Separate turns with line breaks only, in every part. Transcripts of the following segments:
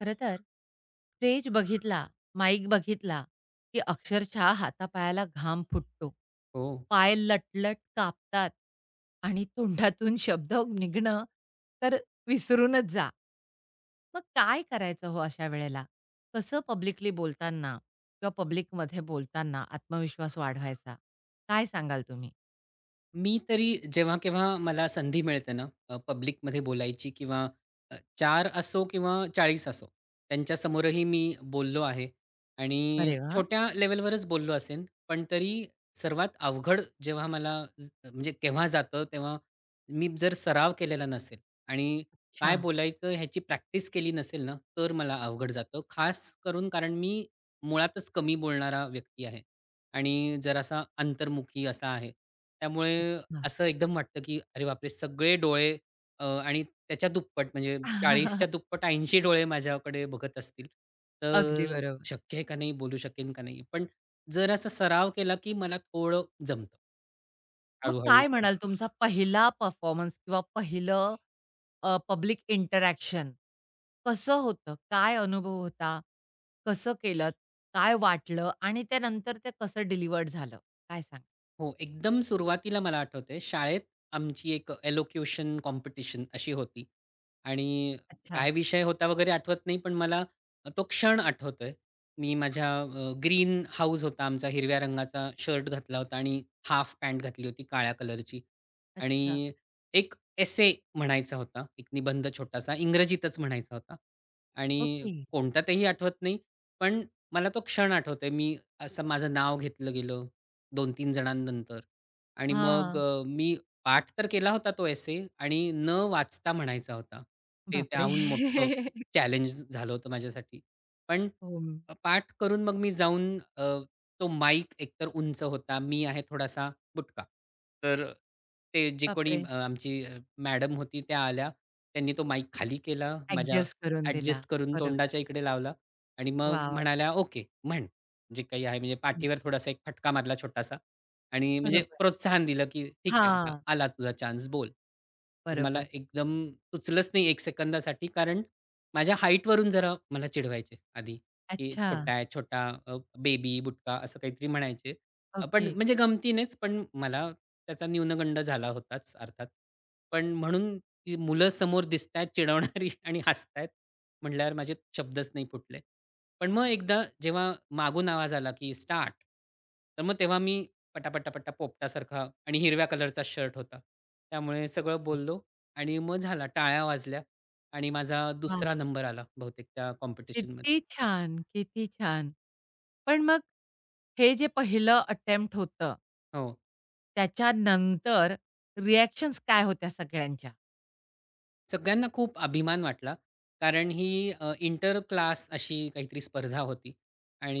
खरं तर स्टेज बघितला, माईक बघितला, की अक्षरशः हातापायाला घाम फुटतो.
हो.
पाय लटलट कापतात आणि तोंडातून शब्द निघणं तर विसरूनच जा. मग काय करायचं हो अशा वेळेला? कसं पब्लिकली बोलताना किंवा पब्लिकमध्ये बोलताना आत्मविश्वास वाढवायचा? काय सांगाल तुम्ही?
मी तरी जेव्हा-केव्हा मला संधी मिळते ना, पब्लिकमध्ये बोलायची किंवा 4 असो किंवा 40 असो, त्यांच्यासमोरही मी बोललो आहे आणि
अरे वाह!
छोट्या लेव्हलवरच बोललो असेन, पण तरी सर्वात अवघड जेव्हा मला म्हणजे केव्हा जातं, तेव्हा मी जर सराव केलेला नसेल आणि
अच्छा.
काय बोलायचं ह्याची प्रॅक्टिस केली नसेल ना, तर मला अवघड जातं. खास करून कारण मी मुळातच कमी बोलणारा व्यक्ती आहे. आणि जरासा अंतर्मुखी असा आहे. त्यामुळे
अच्छा.
असं एकदम वाटतं, की अरे बापरे! सगळे डोळे आणि त्याच्या दुप्पट म्हणजे 40च्या दुप्पट 80 डोळे माझ्याकडे बघत असतील.
अगदी
तर
बरोबर.
शक्य आहे का नाही? बोलू शकेन का नाही? पण जर असा सराव केला, की मला थोडं जमतं
मग
हळू.
काय म्हणाल तुमचा पहिला परफॉर्मन्स किंवा पहिलं पब्लिक इंटरॅक्शन. कसं होतं? काय अनुभव होता? कसं केलत? काय वाटलं? आणि त्यानंतर ते कसं डिलिव्हर्ड झालं? काय सांगाल?
हो, एकदम सुरुवातीला मला आठवतंय शाळेत आमची एक एलोक्युशन कॉम्पिटिशन अशी होती आणि
अच्छा,
काय विषय होता वगैरे आठवत नाही, पण मला तो क्षण आठवतोय. मी माझ्या ग्रीन हाऊस होता आमचा हिरव्या रंगाचा शर्ट घातला होता आणि हाफ पॅन्ट घातली होती काळ्या कलरची.
अच्छा.
आणि एक एसे म्हणायचा होता, एक निबंध छोटासा इंग्रजीतच म्हणायचा होता आणि
ओके.
कोणता तेही आठवत नाही, पण मला तो क्षण आठवतोय. मी असं माझं नाव घेतलं गेलं 2-3 जणांनंतर आणि मग
हां.
मी पाठ तर केला होता तो एसे आणि न वाचता म्हणायचा होता. ते
बापरे!
त्याहून मोठं चॅलेंज झालं होतं माझ्यासाठी. पण
हो.
पाठ करून मग मी जाऊन तो माईक एकतर उंच होता. मी आहे थोडासा बुटका. तर ते जे कोणी
बापरे!
आमची मॅडम होती त्या आल्या. त्यांनी तो माईक खाली केला. माझ्या
ॲडजस्ट करून दिला.
ॲडजस्ट करून
बरोबर.
तोंडाच्या इकडे लावला आणि
वाह!
मग
वाह!
म्हणाल्या, "ओके, म्हण." जे काही आहे म्हणजे
हं.
पाठीवर थोडासा एक फटका मारला छोटासा आणि म्हणजे
बरोबर.
प्रोत्साहन दिलं, की "ठीक आहे आता
हां.
आला तुझा चान्स बोल." तर मला
बरोबर.
एकदम सुचलंच नाही 1 सेकंदासाठी कारण माझ्या हाईटवरून जरा मला चिडवायचे आधी, की
अच्छा.
"छोटा आहे, छोटा बेबी, बुटका" असं काहीतरी म्हणायचे.
ओके,
पण म्हणजे गमतीनेच पण मला त्याचा न्यूनगंड झाला होताच अर्थात. पण म्हणून ती मुलं समोर दिसतायत चिडवणारी आणि हसतायत म्हटल्यावर माझे शब्दच नाही फुटले. पण मग एकदा जेव्हा मागून आवाज आला, की "स्टार्ट!" तर मग तेव्हा मी पटापटापटा पोपटासारखा आणि हिरव्या कलरचा शर्ट होता. त्यामुळे सगळं
ओके.
बोललो आणि मग झाला टाळ्या वाजल्या आणि माझा
वाह!
दुसरा नंबर आला बहुतेक त्या कॉम्पिटिशनमध्ये.
किती छान, किती छान. पण मग हे जे पहिलं अटेम्प्ट होतं
हो.
त्याच्यानंतर रिएक्शन्स काय होत्या सगळ्यांच्या?
सगळ्यांना खूप अभिमान वाटला. कारण ही इंटर क्लास अशी काहीतरी स्पर्धा होती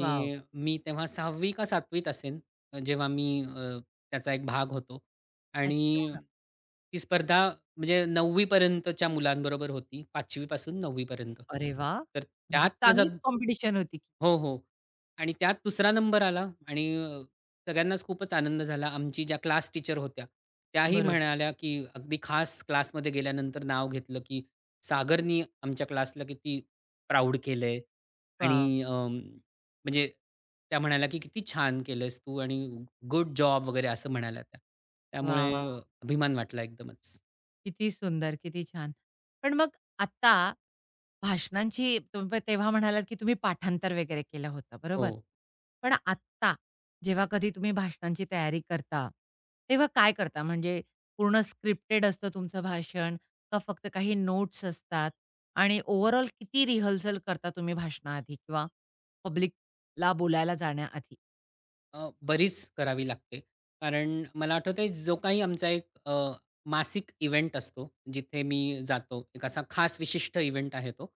वाव,
मी तेव्हा 6वी का 7वीत असेन, जेव्हा मी त्याचा एक भाग होतो आणि
अच्छा.
ती स्पर्धा म्हणजे 9वी पर्यंतच्या मुलांबरोबर होती. 5वी पासून 9वी पर्यंत.
अरे वाह!
तर
म्हणजे
त्यात माझा
चांगलीच कॉम्पिटिशन होती.
हो, हो. आणि त्यात दुसरा नंबर आला आणि सगळ्यांनाच खूपच आनंद झाला. आमची ज्या क्लास टीचर होत्या, त्याही
बरोबर.
म्हणाल्या, की अगदी खास क्लासमध्ये गेल्यानंतर नाव घेतलं, की "सागरनी आमच्या क्लासला किती प्राउड केलंय."
वाव,
आणि म्हणजे त्या म्हणाल्या, की "किती छान केलंयस तू आणि गुड जॉब" वगैरे असं म्हणाल्या त्या. त्यामुळे
वाह, वाह!
अभिमान वाटला एकदमच.
किती सुंदर, किती छान. पण मग आता भाषणांची तुम्ही पण तेव्हा म्हणालात, की तुम्ही पाठांतर वगैरे केलं होतं,
हो.
बरोबर? पण आत्ता जेव्हा कधी तुम्ही भाषणांची तयारी करता, तेव्हा काय करता? म्हणजे पूर्ण स्क्रिप्टेड असतं तुमचं भाषण का फक्त काही नोट्स असतात? आणि ओव्हरऑल किती रिहर्सल करता तुम्ही भाषणाआधी किंवा पब्लिकला बोलायला जाण्याआधी?
बरीच करावी लागते. कारण मला आठवतंय जो काही आमचा एक मासिक इव्हेंट असतो, जिथे मी जातो. एक असा खास विशिष्ट इव्हेंट आहे तो.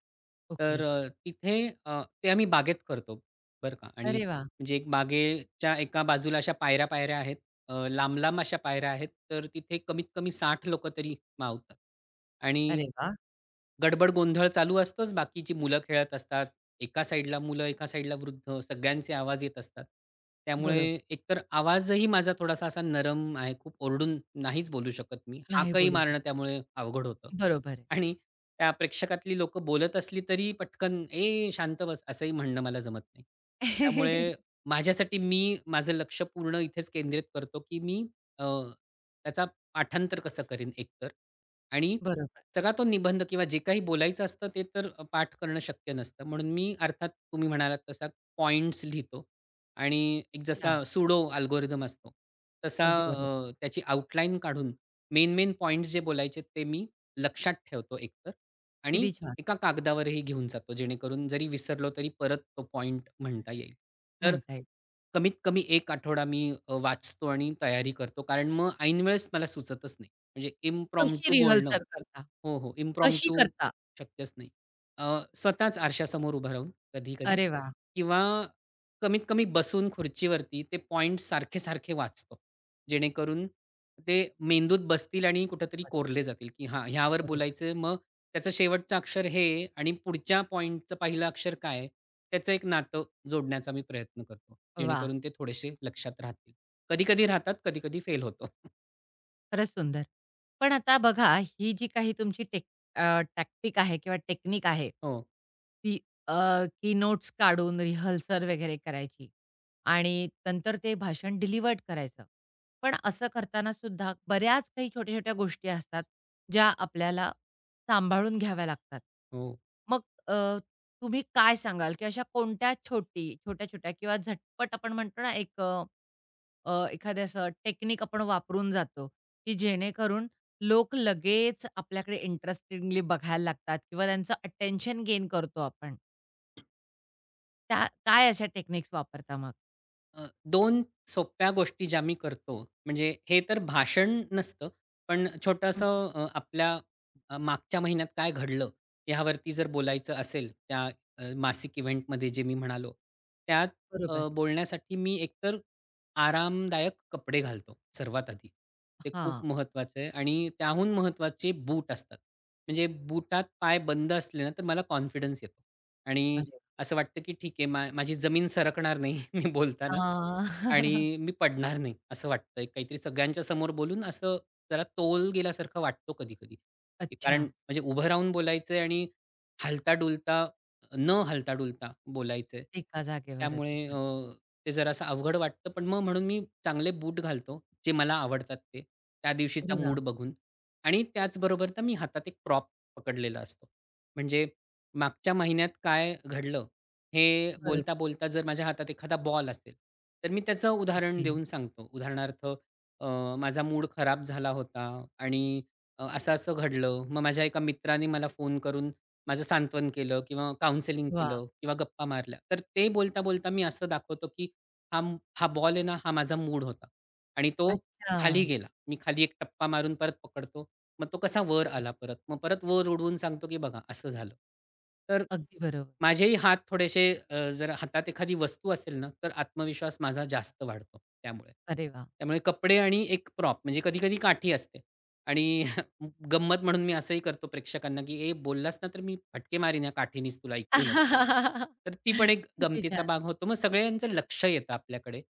ओके.
तर तिथे ते आम्ही बागेत करतो, बरं का. आणि
अरे वाह!
म्हणजे एक बागेच्या एका बाजूला अशा पायऱ्या-पायऱ्या आहेत. लांब-लांब अशा पायऱ्या आहेत. तर तिथे कमीत कमी 60 लोकं तरी मावतात. आणि
अरे वाह!
गडबड गोंधळ चालू असतोच. बाकीची मुलं खेळत असतात. एका साइडला मुलं, एका साइडला वृद्ध सगळ्यांचे आवाज येत असतात. त्यामुळे
बरोबर.
एकतर आवाजही माझा थोडासा असा नरम आहे. खूप ओरडून नाहीच बोलू शकत मी.
नाही
हाकही
बोलू
मारणं
शकत.
त्यामुळे अवघड होतं.
बरोबर आहे.
आणि त्या प्रेक्षकातली लोकं बोलत असली तरी पटकन, "ए शांत बस" असंही म्हणणं मला जमत नाही. त्यामुळे माझ्यासाठी मी माझं लक्ष पूर्ण इथेच केंद्रित करतो, की मी अ, त्याचा पाठांतर कसं करीन एकतर आणि
बरोबर.
सगळा तो निबंध किंवा जे काही बोलायचं असतं ते तर पाठ करणं शक्य नसतं. म्हणून मी अर्थात तुम्ही म्हणालात तसा पॉइंट्स लिहितो आणि एक
अच्छा.
जसा सुडो अल्गोरिदम असतो, तसा
अगदी बरोबर.
त्याची आउटलाईन काढून मेन मेन पॉइंट्स जे बोलायचे ते मी लक्षात ठेवतो एकतर आणि
किती छान
एका कागदावरही घेऊन जातो जेणेकरून जरी विसरलो तरी परत तो पॉइंट म्हणता येईल. तर
म्हणता येईल.
कमीत कमी 1 आठवडा मी वाचतो आणि तयारी करतो कारण मग ऐनवेळेस मला सुचतच नाही. म्हणजे
कशी
इम्प्रॉम्प्टू बोलणं.
रिहर्सल
हो,
करता?
हो.
कशी
इम्प्रॉम्प्टू
करता?
शक्यच नाही. अ, स्वतःच आरशासमोर उभं राहून कधी-कधी
अरे वाह!
किंवा कमीत कमी बसून खुर्चीवरती ते पॉइंट्स सारखे-सारखे वाचतो. जेणेकरून ते मेंदूत बसतील आणि कुठेतरी
मस्त.
कोरले जातील, की हां, ह्यावर
बरोबर.
बोलायचं मग त्याचं शेवटचं अक्षर हे आणि पुढच्या पॉइंटचं पहिलं अक्षर काय आहे? त्याचं एक नातं जोडण्याचा मी प्रयत्न करतो.
वाह!
जेणेकरून ते थोडेसे लक्षात राहतील. कधी-कधी राहतात, कधी-कधी फेल होतो.
खरंच सुंदर. पण आता बघा, ही जी काही तुमची टॅक्टिक आहे किंवा टेक्निक आहे,
हो,
ती अ, की नोट्स काढून रिहर्सल वगैरे करायची आणि नंतर ते भाषण डिलिव्हर्ड करायचं. पण असं करताना सुद्धा बऱ्याच काही छोट्या-छोट्या गोष्टी असतात, ज्या आपल्याला सांभाळून घ्याव्या लागतात.
हो.
मग अ, तुम्ही काय सांगाल, की अशा कोणत्या छोटी, छोट्या-छोट्या किंवा झटपट आपण म्हणतो ना, एक एखादे असं टेक्निक आपण वापरून जातो, की जेणेकरून लोक लगेच आपल्याकडे इंटरेस्टिंगली बघायला लागतात किंवा त्यांचं अटेन्शन गेन करतो आपण. त्या काय अशा टेक्निक्स वापरता मग?
अ, 2 सोप्या गोष्टी ज्या मी करतो, म्हणजे हे तर भाषण नसतं, पण
हं,
छोटंसं आपल्या मागच्या महिन्यात काय घडलं, ह्यावरती जर बोलायचं असेल, त्या मासिक इव्हेंटमध्ये जे मी म्हणालो, त्यात
बरोबर.
बोलण्यासाठी मी एकतर आरामदायक कपडे घालतो सर्वात आधी. ते
हां.
खूप महत्त्वाचं आहे आणि त्याहून महत्त्वाचे बूट असतात. म्हणजे बुटात पाय बंद असले ना, तर मला कॉन्फिडन्स येतो आणि
अरे
असं वाटतं की ठीक आहे माझी जमीन सरकणार नाही मी बोलताना
अ,
आणि मी पडणार नाही असं वाटतंय. काहीतरी सगळ्यांच्या समोर बोलून असं जरा तोल गेल्यासारखं वाटतो कधी-कधी.
अच्छा.
कारण म्हणजे उभं राहून बोलायचंय आणि हलता-डुलता न हलता-डुलता बोलायचंय.
एका जागेवरच
त्यामुळे
उभं.
ते जरासं अवघड वाटतं. पण मग म्हणून मी चांगले बूट घालतो, जे मला आवडतात ते, त्या
अरे
दिवशीचा
वाह!
मूड बघून. आणि त्याचबरोबर तर मी हातात एक प्रॉप पकडलेला असतो. म्हणजे मागच्या महिन्यात काय घडलं हे
बरोबर.
बोलता-बोलता जर माझ्या हातात एखादा बॉल असेल, तर मी त्याचं उदाहरण
ओके.
देऊन सांगतो. उदाहरणार्थ अ, माझा मूड खराब झाला होता आणि असं-असं घडलं. मग माझ्या एका मित्राने मला फोन करून माझं सांत्वन केलं किंवा काउन्सेलिंग
वाह!
केलं किंवा गप्पा मारल्या. तर ते बोलता-बोलता मी असं दाखवतो, की हा बॉल आहे ना, हा माझा मूड होता आणि तो
अच्छा.
खाली गेला. मी खाली एक टप्पा मारून परत पकडतो. मग तो कसा वर आला परत. मग परत वर उडवून सांगतो, की बघा असं झालं. तर
अगदी बरोबर.
माझेही हात थोडेसे जर हातात एखादी वस्तू असेल ना, तर आत्मविश्वास माझा जास्त वाढतो त्यामुळे.
अरे वाह!
त्यामुळे कपडे आणि एक प्रॉप म्हणजे कधी-कधी काठी असते आणि गंमत म्हणून मी असंही करतो प्रेक्षकांना, की "ए, बोललास ना तर मी फटके मारीन या काठीनीच तुला इकडूनच." तर ती पण एक
किती
गमतीचा
छान.
भाग होतो. मग सगळ्यांचं लक्ष येतं आपल्याकडे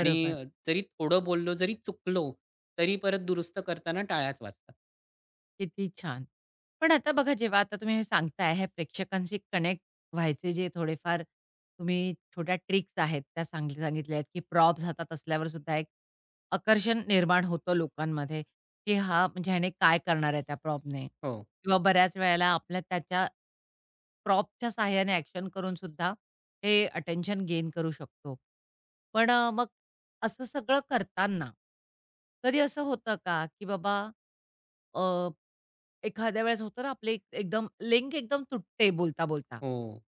आणि जरी थोडं बोललो, जरी चुकलो, तरी परत दुरुस्त करताना टाळ्याच वाजतात.
किती छान! पण आता बघा जेव्हा आता तुम्ही हे सांगताय हे प्रेक्षकांशी कनेक्ट व्हायचे जे थोडेफार तुम्ही छोट्या ट्रिक्स आहेत त्या सांगितल्या आहेत, की प्रॉप्स हातात असल्यावर सुद्धा एक आकर्षण निर्माण होतं लोकांमध्ये, की हा म्हणजे ह्याने काय करणार आहे त्या प्रॉपने
हो,
किंवा बऱ्याच वेळेला आपल्या त्याच्या प्रॉपच्या सहाय्याने ॲक्शन करून सुद्धा हे अटेन्शन गेन करू शकतो. पण मग असं सगळं करताना, कधी असं होतं का, की बाबा अ, एखाद्या वेळेस होतं ना आपले एकदम लिंक एकदम तुटते बोलता-बोलता.
हो.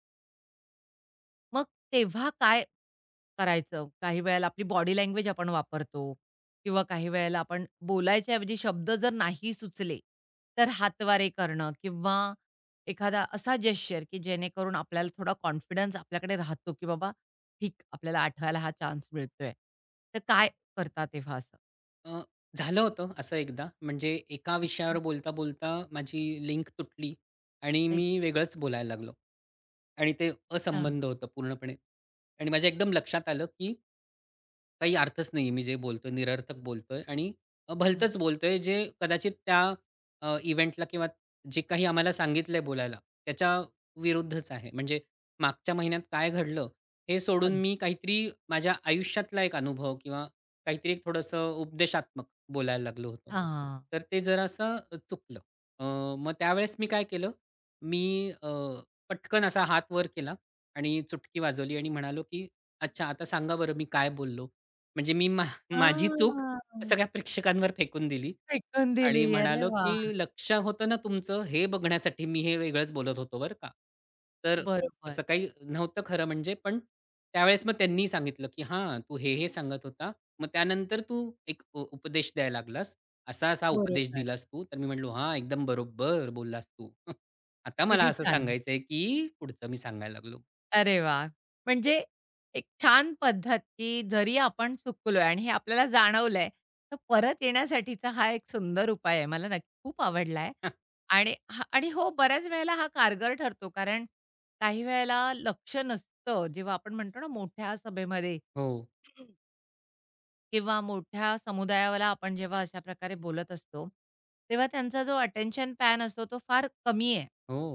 मग तेव्हा काय करायचं? काही वेळेला आपली बॉडी लँग्वेज आपण वापरतो किंवा काही वेळेला आपण बोलायच्या ऐवजी शब्द जर नाही सुचले, तर हातवारे करणं किंवा एखादा असा जेस्चर, की जेणेकरून आपल्याला थोडा कॉन्फिडन्स आपल्याकडे राहतो, की बाबा ठीक आपल्याला आठवायला हा चान्स मिळतोय. तर काय करता तेव्हा असं?
अ, झालं होतं असं एकदा. म्हणजे एका विषयावर
अच्छा.
बोलता-बोलता माझी लिंक तुटली आणि मी वेगळंच बोलायला लागलो. आणि ते
अच्छा,
असंबंध होतं पूर्णपणे. आणि माझ्या एकदम लक्षात आलं, की काही अर्थच नाही आहे मी जे बोलतोय, निरर्थक बोलतोय आणि
अच्छा.
भलतंच बोलतोय जे कदाचित त्या इव्हेंटला किंवा जे काही आम्हाला सांगितलंय बोलायला, त्याच्या विरुद्धच आहे. म्हणजे मागच्या महिन्यात काय घडलं, हे सोडून
बरोबर.
मी काहीतरी माझ्या आयुष्यातला एक अनुभव किंवा काहीतरी एक थोडंसं उपदेशात्मक बोलायला लागलो होतो.
हां.
तर ते जरासं चुकलं. अ, मग त्यावेळेस मी काय केलं, मी पटकन असा हात वर केला आणि चुटकी वाजवली आणि म्हणालो, की "अच्छा, आता सांगा बरं मी काय बोललो?" म्हणजे मी माझी चूक
हां.
सगळ्या प्रेक्षकांवर फेकून दिली
फेकून दिली.
आणि
अरे
म्हणालो,
वाह!
की "लक्ष होतं ना तुमचं, हे बघण्यासाठी मी हे वेगळंच बोलत होतो बरं का." तर
बरोबर.
तसं काही नव्हतं खरं म्हणजे, पण त्यावेळेस मग त्यांनी सांगितलं, की "हां, तू हे, हे सांगत होता. मग त्यानंतर तू एक उपदेश द्यायला लागलास. असा-असा उपदेश
बरोबर.
दिलास तू." तर मी म्हटलो, "हां, एकदम बरोबर बोललास तू. आता मला
किती
असं
छान.
सांगायचंय, की पुढचं मी सांगायला लागलो."
अरे वाह! म्हणजे एक छान पद्धत, की जरी आपण चुकलोय आणि हे आपल्याला जाणवलंय, तर परत येण्यासाठीचा हा एक सुंदर उपाय आहे. मला नक्की खूप आवडला आहे. आणि हा आणि हो, बऱ्याच वेळेला हा कारगर ठरतो. कारण काही वेळेला लक्ष नसतं, जेव्हा आपण म्हणतो ना मोठ्या सभेमध्ये
हो,
किंवा मोठ्या समुदायाला आपण जेव्हा अशा प्रकारे बोलत असतो, तेव्हा त्यांचा जो अटेन्शन पॅन असतो तो फार कमी आहे.
हो.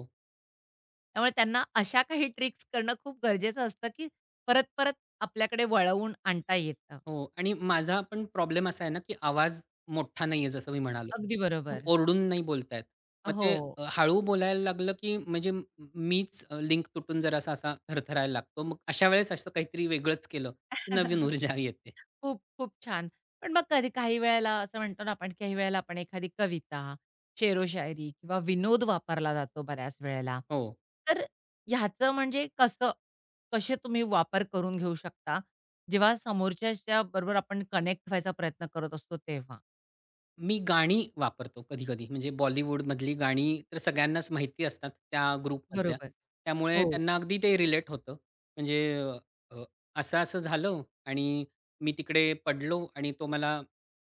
त्यामुळे त्यांना अशा काही ट्रिक्स करणं खूप गरजेचं असतं, की परत-परत आपल्याकडे वळवून आणता येतं.
हो आणि माझा पण प्रॉब्लेम असा आहे ना, की आवाज मोठा नाहीये जसं मी म्हणालो.
अगदी
खूप
बरोबर.
ओरडून नाही बोलता येत. मग
हो.
ते हळू बोलायला लागलं, की म्हणजे मीच लिंक तुटून जरासा असा थरथरायला लागतो. मग अशा वेळेस असं काहीतरी वेगळंच केलं, की नवीन ऊर्जा येते.
खूप, खूप छान. पण मग कधी काही वेळेला असं म्हणतो ना आपण, काही वेळेला आपण एखादी कविता, शेरोशायरी किंवा विनोद वापरला जातो बऱ्याच वेळेला.
हो.
तर ह्याचं म्हणजे कसे तुम्ही वापर करून घेऊ शकता, जेव्हा समोरच्याच्या बरोबर आपण कनेक्ट व्हायचा प्रयत्न करत असतो तेव्हा?
मी गाणी वापरतो कधी-कधी. म्हणजे बॉलिवूडमधली गाणी तर सगळ्यांनाच माहिती असतात त्या ग्रुपमधल्या.
बरोबर.
त्यामुळे
हो.
त्यांना अगदी ते रिलेट होतं. म्हणजे अ, असं-असं झालं आणि मी तिकडे पडलो आणि तो मला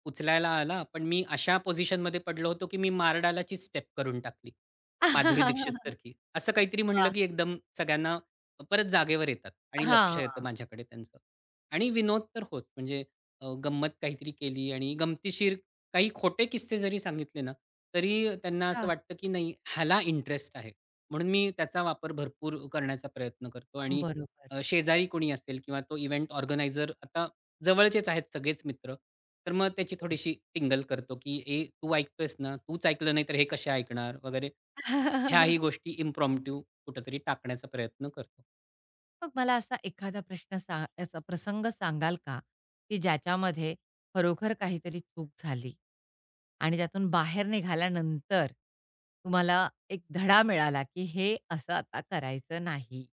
उचलायला आला. पण मी अशा पोझिशनमध्ये पडलो होतो, की मी मारडालाचीच स्टेप करून टाकली. माधुरी दीक्षित सारखी. असं काहीतरी
वाह!
म्हटलं, की एकदम सगळ्यांना परत जागेवर येतात आणि
हां,
लक्ष येतं माझ्याकडे त्यांचं. आणि विनोद तर होच. म्हणजे गंमत काहीतरी केली आणि गमतीशीर काही खोटे किस्से जरी सांगितले ना, तरी त्यांना हं. असं
अच्छा.
वाटतं, की नाही ह्याला इंटरेस्ट आहे. म्हणून मी त्याचा वापर भरपूर करण्याचा प्रयत्न करतो आणि
बरोबर,
शेजारी कोणी असेल किंवा तो इव्हेंट ऑर्गनायझर आता जवळचेच आहेत सगळेच मित्र. तर मग त्याची
बरोबर.
थोडीशी टिंगल करतो, की "ए, तू ऐकतोयस ना? तूच ऐकलं नाही तर हे कसे ऐकणार?" वगैरे. ह्याही गोष्टी इम्प्रॉम्प्टू कुठेतरी टाकण्याचा प्रयत्न करतो.
मग मला असा एखादा प्रश्न सा असा प्रसंग सांगाल का, की ज्याच्यामध्ये खरोखर काहीतरी चूक झाली आणि त्यातून बाहेर निघाल्यानंतर तुम्हाला एक धडा मिळाला, की हे असं आता करायचं नाही.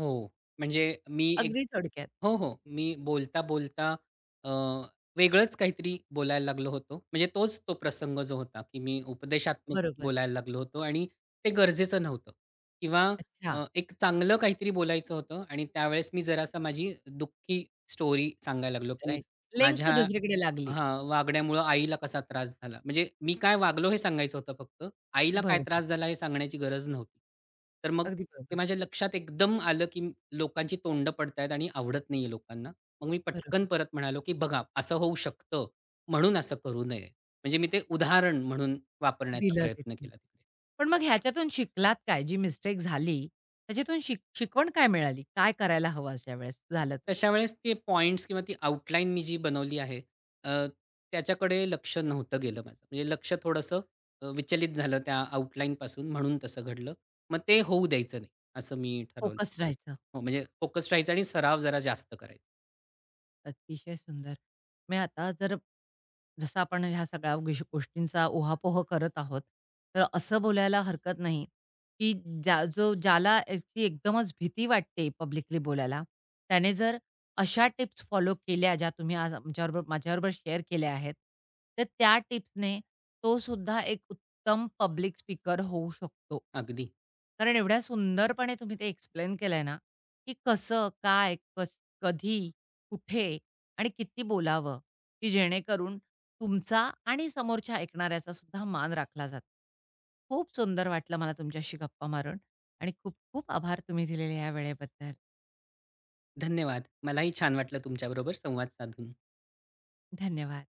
हो, म्हणजे मी
अगदी थोडक्यात.
हो, हो. मी बोलता-बोलता अ, वेगळंच काहीतरी बोलायला लागलो होतो. म्हणजे तोच तो प्रसंग जो होता, की मी उपदेशात्मक
बरोबर.
बोलायला लागलो होतो आणि ते गरजेचं नव्हतं किंवा
अच्छा.
एक चांगलं काहीतरी बोलायचं होतं आणि त्यावेळेस मी जरासा माझी दुःखी स्टोरी सांगायला लागलो, की
राइट. लिंक
माझ्या
दुसरीकडे लागली.
हां, वागण्यामुळं आईला कसा त्रास झाला. म्हणजे मी काय वागलो हे सांगायचं होतं फक्त. आईला काय
बरोबर.
त्रास झाला हे सांगण्याची गरज नव्हती. तर मग
अगदी
ते
बरोबर.
माझ्या लक्षात एकदम आलं, की लोकांची तोंड पडतायत आणि आवडत नाहीये लोकांना. मग मी पटकन
बरोबर.
परत म्हणालो, की "बघा असं होऊ शकतं, म्हणून असं करू नये." म्हणजे मी ते उदाहरण म्हणून वापरण्याचा
दिलं
प्रयत्न
तिथे.
केला तिकडे.
पण मग ह्याच्यातून शिकलात काय? जी मिस्टेक झाली, त्याच्यातून शिकवण काय मिळाली? काय करायला हवं अशा वेळेस झालं तर?
तशा वेळेस ते पॉइंट्स किंवा ती आउटलाईन मी जी बनवली आहे, अ, त्याच्याकडे लक्ष नव्हतं गेलं माझं. म्हणजे लक्ष थोडंसं विचलित झालं त्या आउटलाईनपासून म्हणून तसं घडलं. मग ते होऊ द्यायचं नाही, असं मी ठरवलं.
फोकस्ड राहायचं.
हो, म्हणजे फोकस्ड राहायचं आणि सराव जरा जास्त करायचा.
अतिशय सुंदर. मी आता जर जसं आपण ह्या सगळ्या गोष्टींचा उहापोह करत आहोत, तर असं बोलायला हरकत नाही, की ज्याला याची एकदमच भीती वाटते पब्लिकली बोलायला, त्याने जर अशा टिप्स फॉलो केल्या ज्या तुम्ही आज आमच्याबरोबर माझ्याबरोबर शेअर केल्या आहेत, तर त्या टिप्सने तो सुद्धा एक उत्तम पब्लिक स्पीकर होऊ शकतो.
अगदी.
कारण एवढ्या सुंदरपणे तुम्ही ते एक्सप्लेन केलंय ना, की कसं, काय, कधी कुठे आणि किती बोलावं, की जेणेकरून तुमचा आणि समोरच्या ऐकणाऱ्याचा सुद्धा मान राखला जातो. खूप सुंदर वाटलं मला तुमच्याशी गप्पा मारून आणि खूप खूप आभार तुम्ही दिलेल्या या वेळेबद्दल.
धन्यवाद. मलाही छान वाटलं तुमच्याबरोबर संवाद साधून.
धन्यवाद.